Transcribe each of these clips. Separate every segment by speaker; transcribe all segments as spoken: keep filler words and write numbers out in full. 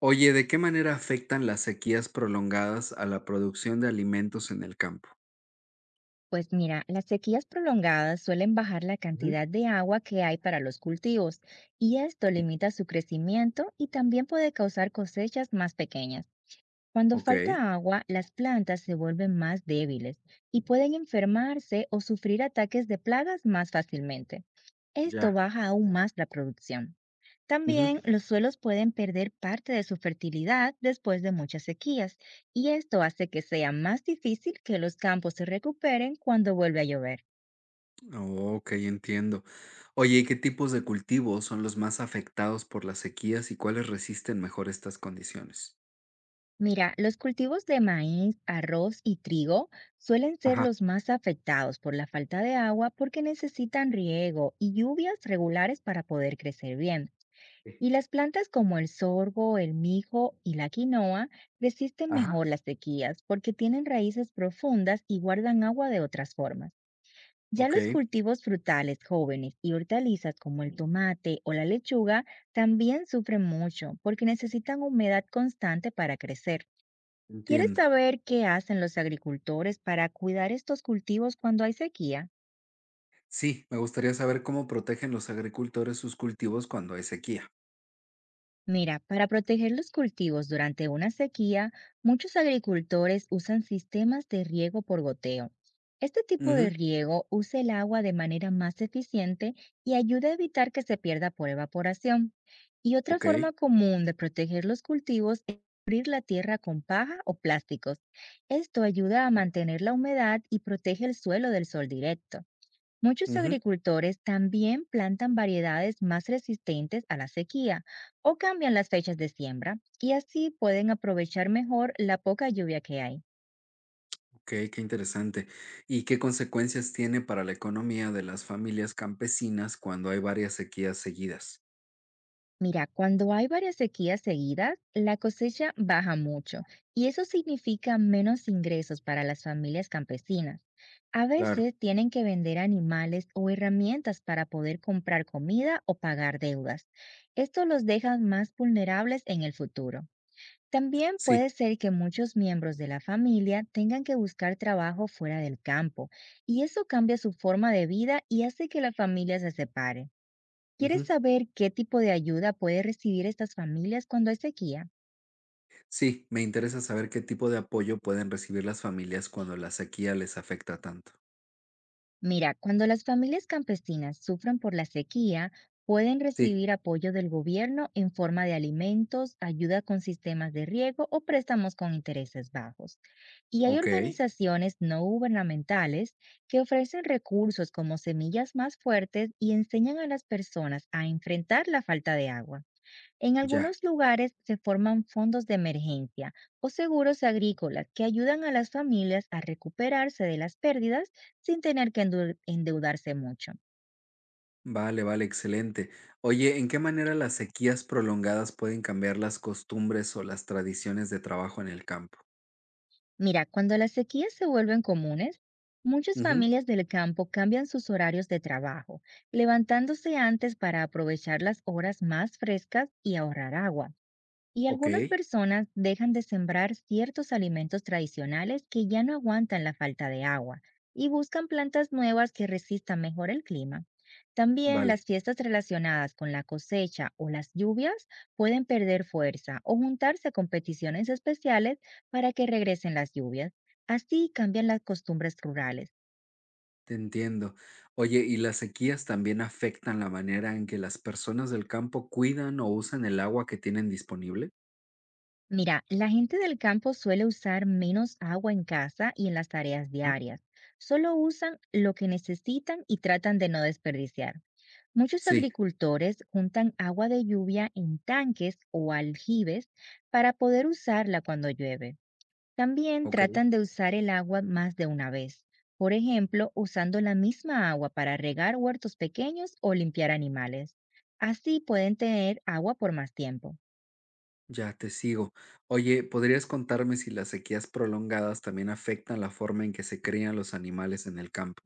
Speaker 1: Oye, ¿de qué manera afectan las sequías prolongadas a la producción de alimentos en el campo?
Speaker 2: Pues mira, las sequías prolongadas suelen bajar la
Speaker 1: Ujú.
Speaker 2: cantidad de agua que hay para los cultivos y esto limita su crecimiento y también puede causar cosechas más pequeñas. Cuando
Speaker 1: Ok,
Speaker 2: falta agua, las plantas se vuelven más débiles y pueden enfermarse o sufrir ataques de plagas más fácilmente. Esto
Speaker 1: ya.
Speaker 2: baja aún más la producción.
Speaker 1: Ujú.
Speaker 2: También los suelos pueden perder parte de su fertilidad después de muchas sequías, y esto hace que sea más difícil que los campos se recuperen cuando vuelve a llover.
Speaker 1: Oh, Ok, entiendo. Oye, ¿y qué tipos de cultivos son los más afectados por las sequías y cuáles resisten mejor estas condiciones?
Speaker 2: Mira, los cultivos de maíz, arroz y trigo suelen ser
Speaker 1: Ajá,
Speaker 2: los más afectados por la falta de agua porque necesitan riego y lluvias regulares para poder crecer bien.
Speaker 1: sí.
Speaker 2: Y las plantas como el sorgo, el mijo y la quinoa resisten
Speaker 1: Ajá,
Speaker 2: mejor las sequías porque tienen raíces profundas y guardan agua de otras formas. Ya
Speaker 1: ok,
Speaker 2: los cultivos frutales jóvenes y hortalizas como el tomate o la lechuga también sufren mucho porque necesitan humedad constante para crecer. ¿Quieres
Speaker 1: entiendo.
Speaker 2: saber qué hacen los agricultores para cuidar estos cultivos cuando hay sequía?
Speaker 1: Sí, me gustaría saber cómo protegen los agricultores sus cultivos cuando hay sequía.
Speaker 2: Mira, para proteger los cultivos durante una sequía, muchos agricultores usan sistemas de riego por goteo. Este tipo de
Speaker 1: Ujú,
Speaker 2: riego usa el agua de manera más eficiente y ayuda a evitar que se pierda por evaporación. Y otra
Speaker 1: ok.
Speaker 2: forma común de proteger los cultivos es cubrir la tierra con paja o plásticos. Esto ayuda a
Speaker 1: Sí.
Speaker 2: mantener la humedad y protege el suelo del sol directo. Muchos
Speaker 1: Ujú.
Speaker 2: agricultores también plantan variedades más resistentes a la sequía o cambian las fechas de siembra y así pueden aprovechar mejor la poca lluvia que hay.
Speaker 1: Okey, qué interesante. ¿Y qué consecuencias tiene para la economía de las familias campesinas cuando hay varias sequías seguidas?
Speaker 2: Mira, cuando hay varias sequías seguidas, la cosecha baja mucho y eso significa menos ingresos para las familias campesinas. A
Speaker 1: Claro,
Speaker 2: veces tienen que vender animales o herramientas para poder comprar comida o pagar deudas. Esto los deja más vulnerables en el futuro. También
Speaker 1: sí,
Speaker 2: puede ser que muchos miembros de la familia tengan que buscar trabajo fuera del campo, y eso cambia su forma de vida y hace que la familia se separe. ¿Quieres
Speaker 1: ujú.
Speaker 2: saber qué tipo de ayuda puede recibir estas familias cuando hay sequía?
Speaker 1: Sí, me interesa saber qué tipo de apoyo pueden recibir las familias cuando la sequía les afecta tanto.
Speaker 2: Mira, cuando las familias campesinas sufren por la sequía, pueden
Speaker 1: Sí,
Speaker 2: recibir apoyo del gobierno en forma de alimentos, ayuda con sistemas de riego o préstamos con intereses bajos. Y hay
Speaker 1: okey,
Speaker 2: organizaciones no gubernamentales que ofrecen recursos como semillas más fuertes y enseñan a las personas a enfrentar la falta de agua. En
Speaker 1: ya.
Speaker 2: algunos lugares se forman fondos de emergencia o seguros agrícolas que ayudan a las familias a recuperarse de las pérdidas sin tener que endeu- endeudarse mucho.
Speaker 1: Vale, vale, excelente. Oye, ¿en qué manera las sequías prolongadas pueden cambiar las costumbres o las tradiciones de trabajo en el campo?
Speaker 2: Mira, cuando las sequías se vuelven comunes, muchas
Speaker 1: Ujú,
Speaker 2: familias del campo cambian sus horarios de trabajo, levantándose antes para aprovechar las horas más frescas y ahorrar agua. Y algunas
Speaker 1: okey,
Speaker 2: personas dejan de sembrar ciertos alimentos tradicionales que ya no aguantan la falta de agua y buscan plantas nuevas que resistan mejor el clima. También las
Speaker 1: vale.
Speaker 2: fiestas relacionadas con la cosecha o las lluvias pueden perder fuerza o juntarse con peticiones especiales para que regresen las lluvias. Así cambian las costumbres rurales.
Speaker 1: Te entiendo. Oye, ¿y las sequías también afectan la manera en que las personas del campo cuidan o usan el agua que tienen disponible?
Speaker 2: Mira, la gente del campo suele usar menos agua en casa y en las tareas
Speaker 1: ¿Ah?
Speaker 2: diarias. Solo usan lo que necesitan y tratan de no desperdiciar. Muchos
Speaker 1: Sí,
Speaker 2: agricultores juntan agua de lluvia en tanques o aljibes para poder usarla cuando llueve. También
Speaker 1: ok,
Speaker 2: tratan de usar el agua más de una vez, por ejemplo, usando la misma agua para regar huertos pequeños o limpiar animales. Así pueden tener agua por más tiempo.
Speaker 1: ya te sigo. Oye, ¿podrías contarme si las sequías prolongadas también afectan la forma en que se crían los animales en el campo?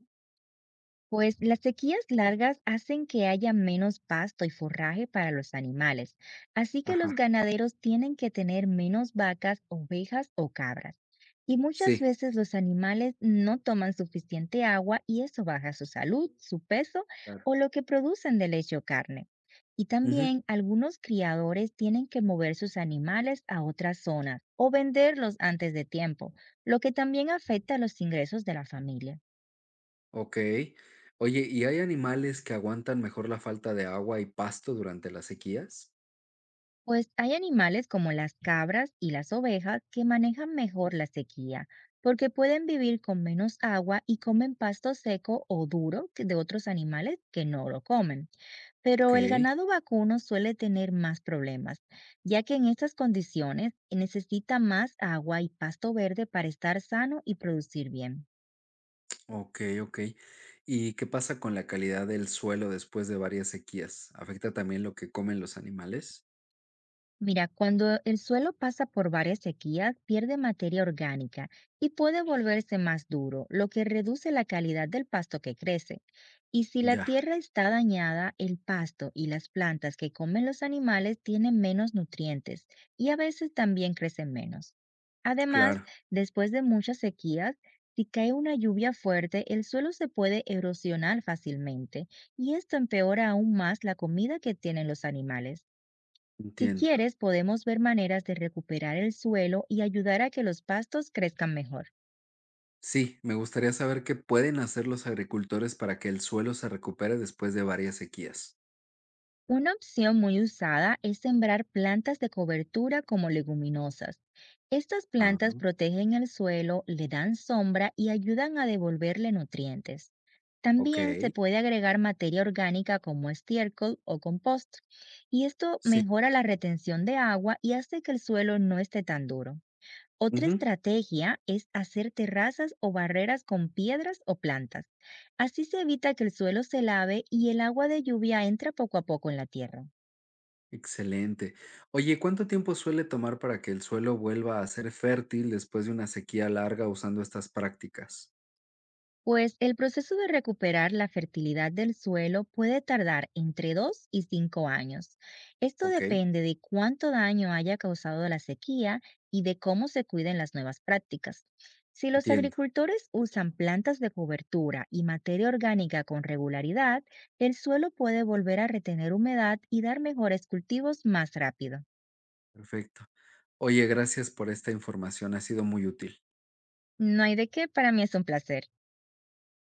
Speaker 2: Pues las sequías largas hacen que haya menos pasto y forraje para los animales, así que los
Speaker 1: Ajá,
Speaker 2: ganaderos tienen que tener menos vacas, ovejas o cabras. Y muchas
Speaker 1: sí.
Speaker 2: veces los animales no toman suficiente agua y eso baja su salud, su peso
Speaker 1: Claro.
Speaker 2: o lo que producen de leche o carne. Y
Speaker 1: Ujú,
Speaker 2: también algunos criadores tienen que mover sus animales a otras zonas o venderlos antes de tiempo, lo que también afecta los ingresos de la familia.
Speaker 1: ok. Oye, ¿y hay animales que aguantan mejor la falta de agua y pasto durante las sequías?
Speaker 2: Pues hay animales como las cabras y las ovejas que manejan mejor la sequía, porque pueden vivir con menos agua y comen pasto seco o duro que de otros animales que no lo comen. Pero el
Speaker 1: Ok.
Speaker 2: ganado vacuno suele tener más problemas, ya que en estas condiciones necesita más agua y pasto verde para estar sano y producir bien.
Speaker 1: Okey, okey. ¿Y qué pasa con la calidad del suelo después de varias sequías? ¿Afecta también lo que comen los animales?
Speaker 2: Mira, cuando el suelo pasa por varias sequías, pierde materia orgánica y puede volverse más duro, lo que reduce la calidad del pasto que crece. Y si la
Speaker 1: Ya,
Speaker 2: tierra está dañada, el pasto y las plantas que comen los animales tienen menos nutrientes y a veces también crecen menos. Además,
Speaker 1: claro,
Speaker 2: después de muchas sequías, si cae una lluvia fuerte, el suelo se puede erosionar fácilmente y esto empeora aún más la comida que tienen los animales. Si
Speaker 1: entiendo.
Speaker 2: quieres, podemos ver maneras de recuperar el suelo y ayudar a que los pastos crezcan mejor.
Speaker 1: Sí, me gustaría saber qué pueden hacer los agricultores para que el suelo se recupere después de varias sequías.
Speaker 2: Una opción muy usada es sembrar plantas de cobertura como leguminosas. Estas plantas
Speaker 1: Ah,
Speaker 2: protegen el suelo, le dan sombra y ayudan a devolverle nutrientes. También se
Speaker 1: okey,
Speaker 2: puede agregar materia orgánica como estiércol o compost, y esto
Speaker 1: sí.
Speaker 2: mejora la retención de agua y hace que el suelo no esté tan duro. Otra
Speaker 1: Ujú,
Speaker 2: estrategia es hacer terrazas o barreras con piedras o plantas. Así se evita que el suelo se lave y el agua de lluvia entra poco a poco en la tierra.
Speaker 1: excelente. Oye, ¿cuánto tiempo suele tomar para que el suelo vuelva a ser fértil después de una sequía larga usando estas prácticas?
Speaker 2: Pues el proceso de recuperar la fertilidad del suelo puede tardar entre dos y cinco años. Esto
Speaker 1: Okey,
Speaker 2: depende de cuánto daño haya causado la sequía y de cómo se cuiden las nuevas prácticas. Si los
Speaker 1: entiendo.
Speaker 2: agricultores usan plantas de cobertura y materia orgánica con regularidad, el suelo puede volver a retener humedad y dar mejores cultivos más rápido.
Speaker 1: Perfecto. Oye, gracias por esta información, ha sido muy útil.
Speaker 2: No hay de qué, para mí es un placer.